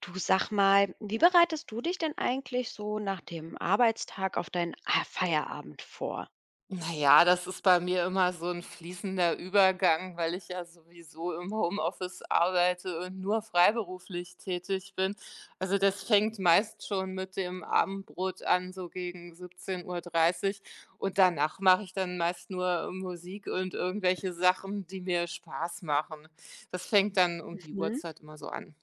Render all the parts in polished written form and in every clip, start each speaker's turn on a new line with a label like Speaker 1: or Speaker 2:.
Speaker 1: Du sag mal, wie bereitest du dich denn eigentlich so nach dem Arbeitstag auf deinen Feierabend vor?
Speaker 2: Na ja, das ist bei mir immer so ein fließender Übergang, weil ich ja sowieso im Homeoffice arbeite und nur freiberuflich tätig bin. Also, das fängt meist schon mit dem Abendbrot an, so gegen 17:30, und danach mache ich dann meist nur Musik und irgendwelche Sachen, die mir Spaß machen. Das fängt dann um die
Speaker 1: Mhm.
Speaker 2: Uhrzeit immer so an.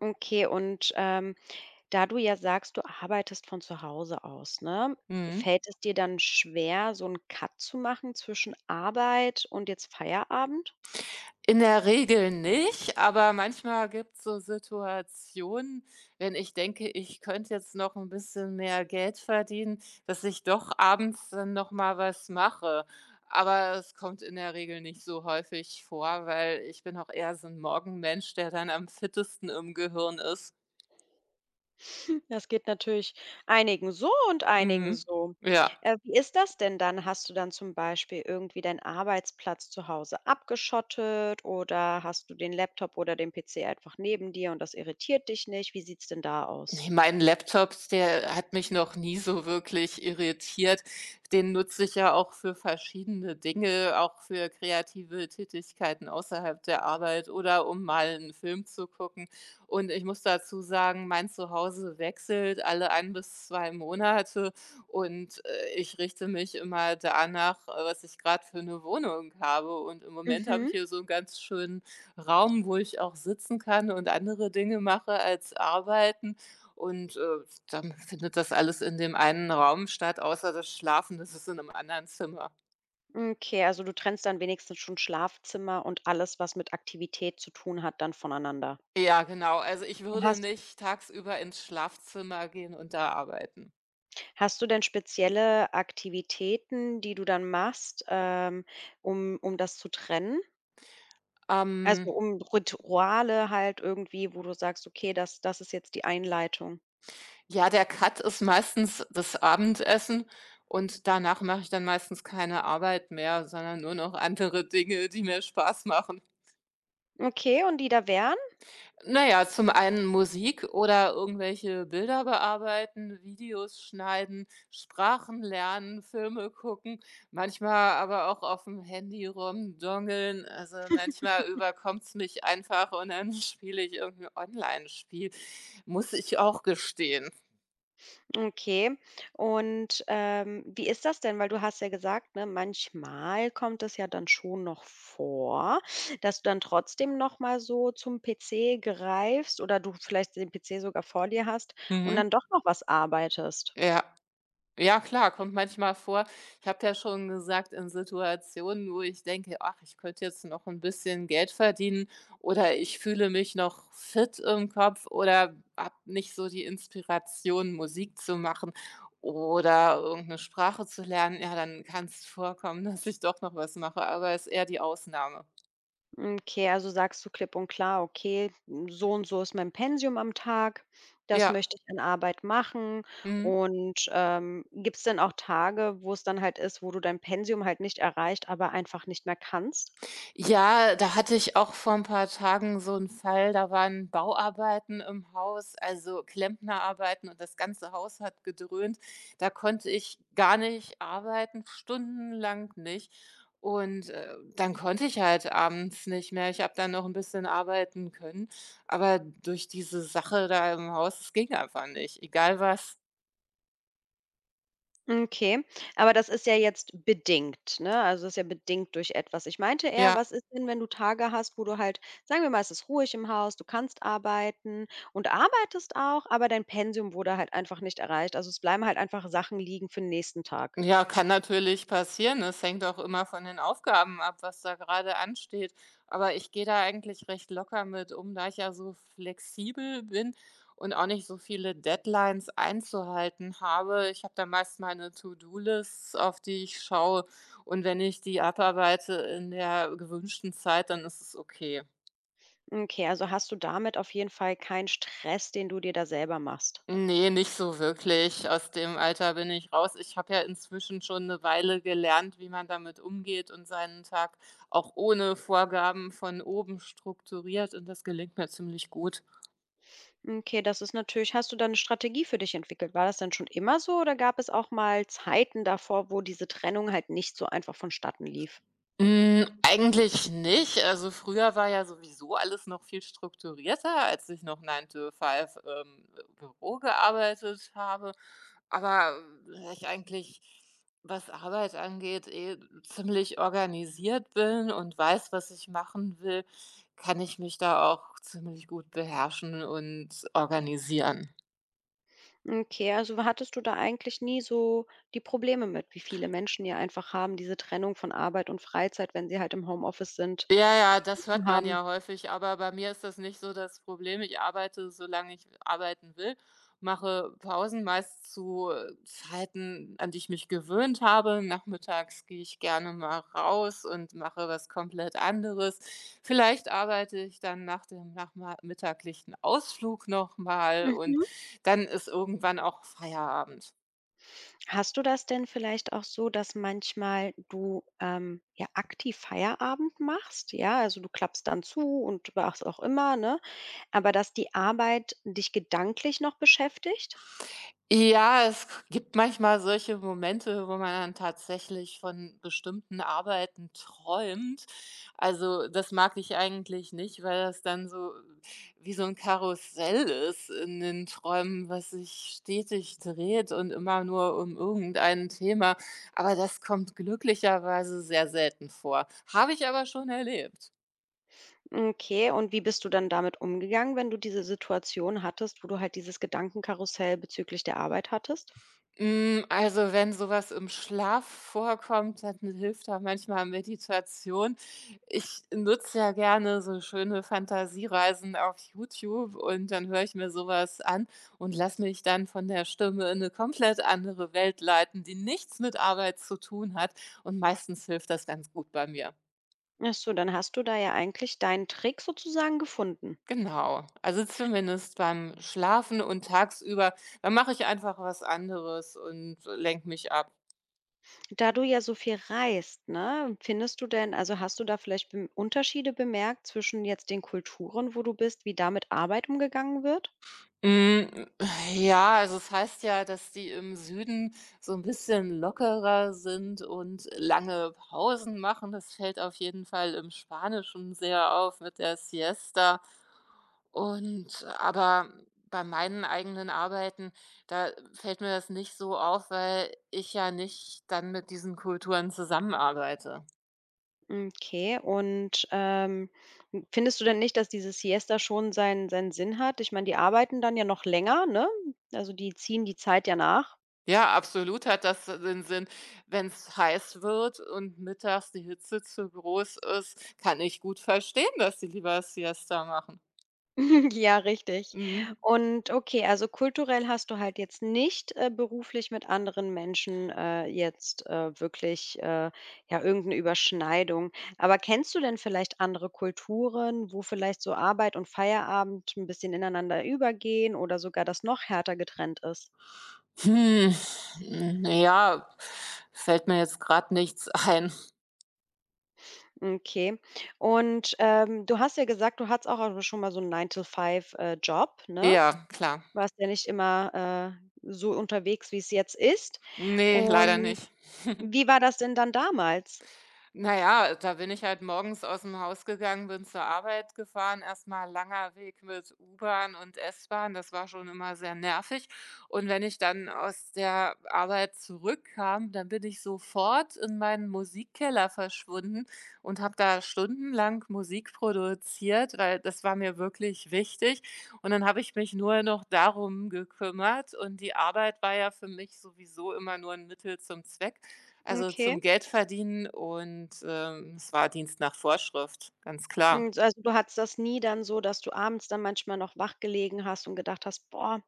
Speaker 1: Okay, und da du ja sagst, du arbeitest von zu Hause aus, ne?
Speaker 2: Mhm.
Speaker 1: Fällt es dir dann schwer, so einen Cut zu machen zwischen Arbeit und jetzt Feierabend?
Speaker 2: In der Regel nicht, aber manchmal gibt's so Situationen, wenn ich denke, ich könnte jetzt noch ein bisschen mehr Geld verdienen, dass ich doch abends dann noch mal was mache. Aber es kommt in der Regel nicht so häufig vor, weil ich bin auch eher so ein Morgenmensch, der dann am fittesten im Gehirn ist.
Speaker 1: Das geht natürlich einigen so und einigen
Speaker 2: Mhm.
Speaker 1: so.
Speaker 2: Ja.
Speaker 1: Wie ist das denn dann? Hast du dann zum Beispiel irgendwie deinen Arbeitsplatz zu Hause abgeschottet oder hast du den Laptop oder den PC einfach neben dir und das irritiert dich nicht? Wie sieht's denn da aus?
Speaker 2: Ne, mein Laptop, der hat mich noch nie so wirklich irritiert. Den nutze ich ja auch für verschiedene Dinge, auch für kreative Tätigkeiten außerhalb der Arbeit oder um mal einen Film zu gucken. Und ich muss dazu sagen, mein Zuhause wechselt alle ein bis 2 Monate und, ich richte mich immer danach, was ich gerade für eine Wohnung habe. Und im Moment habe
Speaker 1: Mhm.
Speaker 2: ich hier so einen ganz schönen Raum, wo ich auch sitzen kann und andere Dinge mache als arbeiten. Und, äh, Dann findet das alles in dem einen Raum statt, außer das Schlafen, das ist in einem anderen Zimmer.
Speaker 1: Okay, also du trennst dann wenigstens schon Schlafzimmer und alles, was mit Aktivität zu tun hat, dann voneinander.
Speaker 2: Ja, genau. Also, ich würde
Speaker 1: Hast,
Speaker 2: nicht tagsüber ins Schlafzimmer gehen und da arbeiten.
Speaker 1: hast du denn spezielle Aktivitäten, die du dann machst, um das zu trennen?
Speaker 2: Ähm,
Speaker 1: Also, um Rituale halt irgendwie, wo du sagst: „Okay, das ist jetzt die Einleitung."
Speaker 2: ja, der Cut ist meistens das Abendessen, und danach mache ich dann meistens keine Arbeit mehr, sondern nur noch andere Dinge, die mir Spaß machen.
Speaker 1: Okay, und die da wären?
Speaker 2: Na ja, zum einen Musik oder irgendwelche Bilder bearbeiten, Videos schneiden, Sprachen lernen, Filme gucken, manchmal aber auch auf dem Handy rumdongeln. Also, manchmal überkommt's mich einfach und dann spiele ich irgend Online-Spiel, muss ich auch gestehen.
Speaker 1: Okay. Und, wie ist das denn? Weil du hast ja gesagt, ne, manchmal kommt es ja dann schon noch vor, dass du dann trotzdem noch mal so zum PC greifst oder du vielleicht den PC sogar vor dir hast und
Speaker 2: Mhm.
Speaker 1: dann doch noch was arbeitest.
Speaker 2: Ja. Ja klar, kommt manchmal vor. Ich habe ja schon gesagt, in Situationen, wo ich denke: „Ach, ich könnte jetzt noch ein bisschen Geld verdienen“ oder „ich fühle mich noch fit im Kopf“ oder habe nicht so die Inspiration, Musik zu machen oder irgendeine Sprache zu lernen. Ja, dann kann es vorkommen, dass ich doch noch was mache, aber ist eher die Ausnahme.
Speaker 1: Okay, also sagst du klipp und klar, okay, so und so ist mein Pensum am Tag, das
Speaker 2: Ja,
Speaker 1: möchte ich an Arbeit machen.
Speaker 2: mhm.
Speaker 1: Und gibt es denn auch Tage, wo es dann halt ist, wo du dein Pensum halt nicht erreicht, aber einfach nicht mehr kannst?
Speaker 2: Ja, da hatte ich auch vor ein paar Tagen so 'n Fall, da waren Bauarbeiten im Haus, also Klempnerarbeiten und das ganze Haus hat gedröhnt. Da konnte ich gar nicht arbeiten, stundenlang nicht. Dann konnte ich halt abends nicht mehr. Ich habe dann noch 'n bisschen arbeiten können, aber durch diese Sache da im Haus, es ging einfach nicht, egal was.
Speaker 1: Okay, aber das ist ja jetzt bedingt, ne? Also das ist ja bedingt durch etwas. Ich meinte eher,
Speaker 2: Ja.
Speaker 1: was ist denn, wenn du Tage hast, wo du halt, sagen wir mal, es ist ruhig im Haus, du kannst arbeiten und arbeitest auch, aber dein Pensum wurde halt einfach nicht erreicht. Also es bleiben halt einfach Sachen liegen für den nächsten Tag.
Speaker 2: Ja, kann natürlich passieren. Es hängt auch immer von den Aufgaben ab, was da gerade ansteht. Aber ich gehe da eigentlich recht locker mit um, da ich ja so flexibel bin und auch nicht so viele Deadlines einzuhalten habe. Ich habe da meist meine To-Do-Lists, auf die ich schaue. Und wenn ich die abarbeite in der gewünschten Zeit, dann ist es okay.
Speaker 1: Okay, also hast du damit auf jeden Fall keinen Stress, den du dir da selber machst.
Speaker 2: Ne, nicht so wirklich. Aus dem Alter bin ich raus. Ich habe ja inzwischen schon eine Weile gelernt, wie man damit umgeht und seinen Tag auch ohne Vorgaben von oben strukturiert, und das gelingt mir ziemlich gut.
Speaker 1: Okay, das ist natürlich hast du da eine Strategie für dich entwickelt? War das denn schon immer so oder gab es auch mal Zeiten davor, wo diese Trennung halt nicht so einfach vonstatten lief?
Speaker 2: Hm, eigentlich nicht. Also, früher war ja sowieso alles noch viel strukturierter, als ich noch 9 to five Büro gearbeitet habe. Aber da ich eigentlich, was Arbeit angeht, eh ziemlich organisiert bin und weiß, was ich machen will, kann ich mich da auch ziemlich gut beherrschen und organisieren.
Speaker 1: Okay, also hattest du da eigentlich nie so die Probleme mit, wie viele Menschen ja einfach haben, diese Trennung von Arbeit und Freizeit, wenn sie halt im Homeoffice sind,
Speaker 2: Ja, ja, das
Speaker 1: zu
Speaker 2: hört man
Speaker 1: haben?
Speaker 2: ja häufig, aber bei mir ist das nicht so das Problem. Ich arbeite, solange ich arbeiten will, mache Pausen meist zu Zeiten, an die ich mich gewöhnt habe. Nachmittags gehe ich gerne mal raus und mache was komplett anderes. Vielleicht arbeite ich dann nach dem nachmittaglichen Ausflug nochmal, und
Speaker 1: Mhm.
Speaker 2: dann ist irgendwann auch Feierabend.
Speaker 1: Hast du das denn vielleicht auch so, dass manchmal du, ja aktiv Feierabend machst? Ja, also du klappst dann zu und was auch immer, ne? Aber dass die Arbeit dich gedanklich noch beschäftigt?
Speaker 2: Ja, es gibt manchmal solche Momente, wo man dann tatsächlich von bestimmten Arbeiten träumt. Also, das mag ich eigentlich nicht, weil das dann so wie so ein Karussell ist in den Träumen, was sich stetig dreht und immer nur um irgendein Thema. Aber das kommt glücklicherweise sehr selten vor. Habe ich aber schon erlebt.
Speaker 1: Okay, und wie bist du dann damit umgegangen, wenn du diese Situation hattest, wo du halt dieses Gedankenkarussell bezüglich der Arbeit hattest?
Speaker 2: Hm, also, wenn sowas im Schlaf vorkommt, dann hilft da manchmal Meditation. Ich nutze ja gerne so schöne Fantasiereisen auf YouTube und dann höre ich mir sowas an und lasse mich dann von der Stimme in eine komplett andere Welt leiten, die nichts mit Arbeit zu tun hat, und meistens hilft das ganz gut bei mir.
Speaker 1: Ach so, dann hast du da ja eigentlich deinen Trick sozusagen gefunden.
Speaker 2: Genau. Also, zumindest beim Schlafen, und tagsüber, da mache ich einfach was anderes und lenke mich ab.
Speaker 1: Da du ja so viel reist, ne, findest du denn also, hast du da vielleicht bem Unterschiede bemerkt zwischen jetzt den Kulturen, wo du bist, wie da mit Arbeit umgegangen wird?
Speaker 2: Hm, ja, also es heißt ja, dass die im Süden so ein bisschen lockerer sind und lange Pausen machen. Das fällt auf jeden Fall im Spanischen sehr auf mit der Siesta. Und aber bei meinen eigenen Arbeiten, da fällt mir das nicht so auf, weil ich ja nicht dann mit diesen Kulturen zusammenarbeite.
Speaker 1: Okay, und, findest du denn nicht, dass diese Siesta schon seinen Sinn hat? Ich meine, die arbeiten dann ja noch länger, ne? Also, die ziehen die Zeit ja nach.
Speaker 2: Ja, absolut hat das den Sinn. Wenn es heiß wird und mittags die Hitze zu groß ist, kann ich gut verstehen, dass sie lieber Siesta machen.
Speaker 1: Ja, richtig.
Speaker 2: Mhm.
Speaker 1: Und okay, also kulturell hast du halt jetzt nicht, beruflich mit anderen Menschen, jetzt, wirklich, ja, irgendeine Überschneidung. Aber kennst du denn vielleicht andere Kulturen, wo vielleicht so Arbeit und Feierabend ein bisschen ineinander übergehen oder sogar das noch härter getrennt ist?
Speaker 2: Hm, ja, fällt mir jetzt gerade nichts ein.
Speaker 1: Okay. Und, du hast ja gesagt, du hattest auch schon mal so 'n 9 to 5 Job, ne?
Speaker 2: Ja, klar.
Speaker 1: Warst ja nicht immer, so unterwegs, wie es jetzt ist.
Speaker 2: Ne, leider
Speaker 1: Und
Speaker 2: nicht.
Speaker 1: wie war das denn dann damals?
Speaker 2: Na ja, da bin ich halt morgens aus dem Haus gegangen, bin zur Arbeit gefahren, erst mal langer Weg mit U-Bahn und S-Bahn, das war schon immer sehr nervig. Und wenn ich dann aus der Arbeit zurückkam, dann bin ich sofort in meinen Musikkeller verschwunden und habe da stundenlang Musik produziert, weil das war mir wirklich wichtig. Und dann habe ich mich nur noch darum gekümmert, und die Arbeit war ja für mich sowieso immer nur ein Mittel zum Zweck. Also,
Speaker 1: Okay.
Speaker 2: zum Geld verdienen und, es war Dienst nach Vorschrift, ganz klar.
Speaker 1: Und so, also, du hattest das nie dann so, dass du abends dann manchmal noch wach gelegen hast und gedacht hast: „Boah,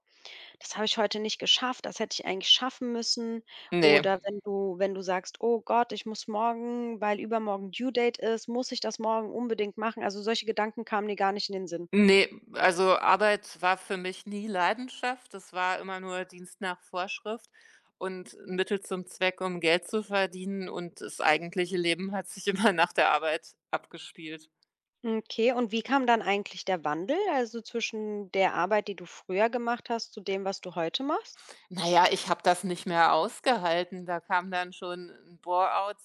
Speaker 1: das habe ich heute nicht geschafft, das hätte ich eigentlich schaffen müssen."
Speaker 2: Ne,
Speaker 1: Oder wenn du sagst: „Oh Gott, ich muss morgen, weil übermorgen Due Date ist, muss ich das morgen unbedingt machen." Also, solche Gedanken kamen dir gar nicht in den Sinn?
Speaker 2: ne, also, Arbeit war für mich nie Leidenschaft. Das war immer nur Dienst nach Vorschrift und 'n Mittel zum Zweck, um Geld zu verdienen, und das eigentliche Leben hat sich immer nach der Arbeit abgespielt.
Speaker 1: Okay, und wie kam dann eigentlich der Wandel, also zwischen der Arbeit, die du früher gemacht hast, zu dem, was du heute machst?
Speaker 2: Na ja, ich habe das nicht mehr ausgehalten. Da kam dann schon ein bore out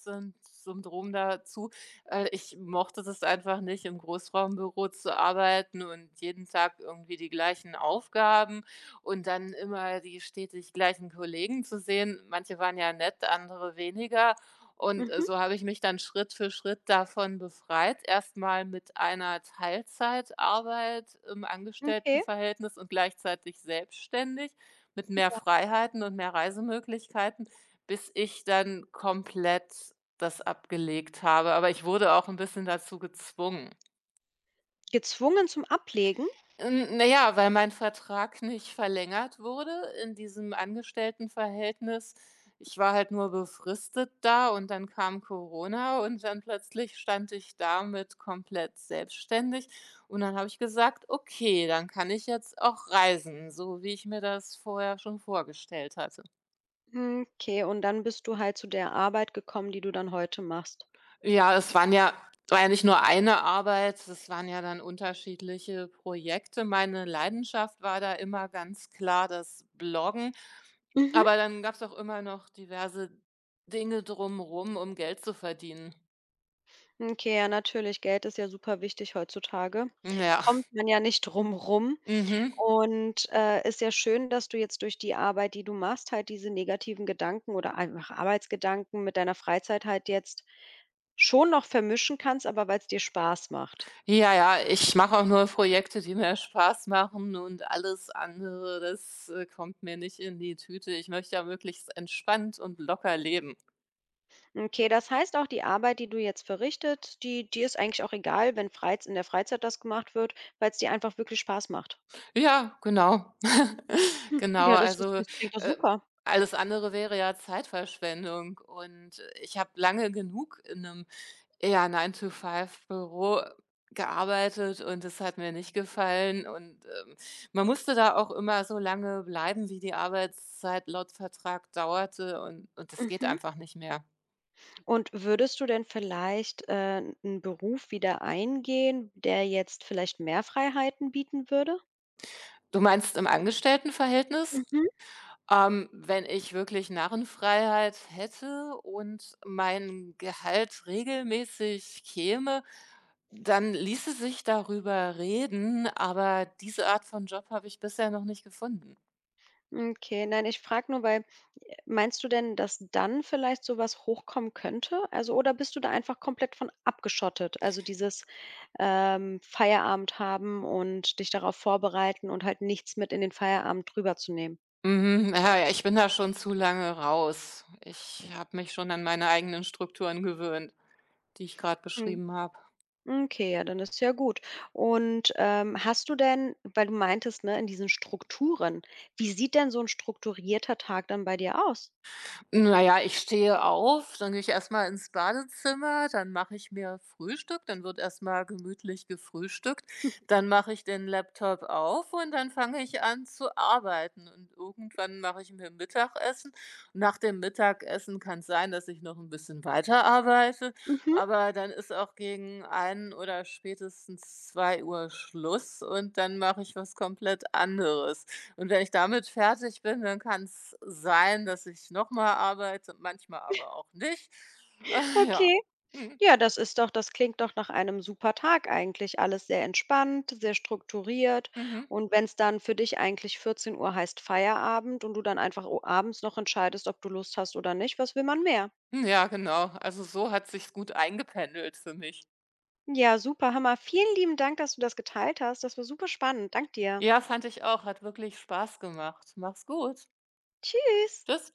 Speaker 2: Syndrom dazu. Ich mochte das einfach nicht, im Großraumbüro zu arbeiten und jeden Tag irgendwie die gleichen Aufgaben und dann immer die stetig gleichen Kollegen zu sehen. Manche waren ja nett, andere weniger.
Speaker 1: Mhm,
Speaker 2: So habe ich mich dann Schritt für Schritt davon befreit. Erst mal mit einer Teilzeitarbeit im
Speaker 1: okay.
Speaker 2: Angestelltenverhältnis und gleichzeitig selbstständig. Mit mehr Freiheiten und mehr Reisemöglichkeiten, bis ich dann komplett das abgelegt habe. Aber ich wurde auch ein bisschen dazu gezwungen.
Speaker 1: Gezwungen zum Ablegen?
Speaker 2: Hm, na ja, weil mein Vertrag nicht verlängert wurde in diesem Angestelltenverhältnis. Ich war halt nur befristet da und dann kam Corona und dann plötzlich stand ich damit komplett selbstständig, und dann habe ich gesagt: „Okay, dann kann ich jetzt auch reisen, so wie ich mir das vorher schon vorgestellt hatte.“
Speaker 1: Okay, und dann bist du halt zu der Arbeit gekommen, die du dann heute machst.
Speaker 2: Ja, es waren ja war ja nicht nur eine Arbeit, es waren ja dann unterschiedliche Projekte. Meine Leidenschaft war da immer ganz klar das Bloggen,
Speaker 1: Mhm.
Speaker 2: aber dann gab's auch immer noch diverse Dinge drumrum, um Geld zu verdienen.
Speaker 1: Okay, ja, natürlich. Geld ist ja super wichtig heutzutage.
Speaker 2: Ja,
Speaker 1: Kommt man ja nicht drum rum.
Speaker 2: mhm.
Speaker 1: Und, ist ja schön, dass du jetzt durch die Arbeit, die du machst, halt diese negativen Gedanken oder einfach Arbeitsgedanken mit deiner Freizeit halt jetzt schon noch vermischen kannst, aber weil es dir Spaß macht.
Speaker 2: Ja, ja, ich mache auch nur Projekte, die mir Spaß machen, und alles andere, das, kommt mir nicht in die Tüte. Ich möchte ja möglichst entspannt und locker leben.
Speaker 1: Okay, das heißt auch, die Arbeit, die du jetzt verrichtet, die die ist eigentlich auch egal, wenn freiz in der Freizeit das gemacht wird, weil es dir einfach wirklich Spaß macht.
Speaker 2: Ja, genau. Genau,
Speaker 1: Ja,
Speaker 2: also,
Speaker 1: das klingt doch
Speaker 2: ähm,
Speaker 1: super.
Speaker 2: alles andere wäre ja Zeitverschwendung und, ich habe lange genug in einem, ja, Nine to Five Büro gearbeitet und es hat mir nicht gefallen und, man musste da auch immer so lange bleiben, wie die Arbeitszeit laut Vertrag dauerte, und das geht
Speaker 1: Mhm.
Speaker 2: einfach nicht mehr.
Speaker 1: Und würdest du denn vielleicht, 'n Beruf wieder eingehen, der jetzt vielleicht mehr Freiheiten bieten würde?
Speaker 2: Du meinst im Angestelltenverhältnis?
Speaker 1: Mhm.
Speaker 2: Wenn ich wirklich Narrenfreiheit hätte und mein Gehalt regelmäßig käme, dann ließe sich darüber reden, aber diese Art von Job habe ich bisher noch nicht gefunden.
Speaker 1: Okay, nein, ich frage nur, weil meinst du denn, dass dann vielleicht sowas hochkommen könnte? Also oder bist du da einfach komplett von abgeschottet? Also dieses, Feierabend haben und dich darauf vorbereiten und halt nichts mit in den Feierabend drüber rüberzunehmen?
Speaker 2: Mhm, ja, ja, ich bin da schon zu lange raus. Ich habe mich schon an meine eigenen Strukturen gewöhnt, die ich gerade
Speaker 1: Mhm.
Speaker 2: beschrieben habe.
Speaker 1: Okay, ja, dann ist ja gut. Und, hast du denn weil du meintest, ne, in diesen Strukturen wie sieht denn so ein strukturierter Tag dann bei dir aus?
Speaker 2: Na ja, ich stehe auf, dann gehe ich erst mal ins Badezimmer, dann mache ich mir Frühstück, dann wird erst mal gemütlich gefrühstückt. Dann mache ich den Laptop auf und dann fange ich an zu arbeiten und irgendwann mache ich mir Mittagessen. Nach dem Mittagessen kann es sein, dass ich noch ein bisschen weiterarbeite,
Speaker 1: Mhm,
Speaker 2: aber dann ist auch gegen ein oder spätestens zwei Uhr Schluss und dann mache ich was komplett anderes. Und wenn ich damit fertig bin, dann kann es sein, dass ich nochmal arbeite, manchmal aber auch nicht. Ja.
Speaker 1: okay.
Speaker 2: Mhm.
Speaker 1: Ja, das klingt doch nach einem super Tag eigentlich. Alles sehr entspannt, sehr strukturiert.
Speaker 2: Mhm.
Speaker 1: Und wenn es dann für dich eigentlich 14 Uhr heißt Feierabend und du dann einfach o abends noch entscheidest, ob du Lust hast oder nicht, was will man mehr?
Speaker 2: Hm, ja, genau. Also, so hat sich's gut eingependelt für mich.
Speaker 1: Ja, super, Hammer. Vielen lieben Dank, dass du das geteilt hast. Das war super spannend. Dank dir.
Speaker 2: Ja, fand ich auch, hat wirklich Spaß gemacht. Mach's gut.
Speaker 1: Tschüss.
Speaker 2: Tschüss.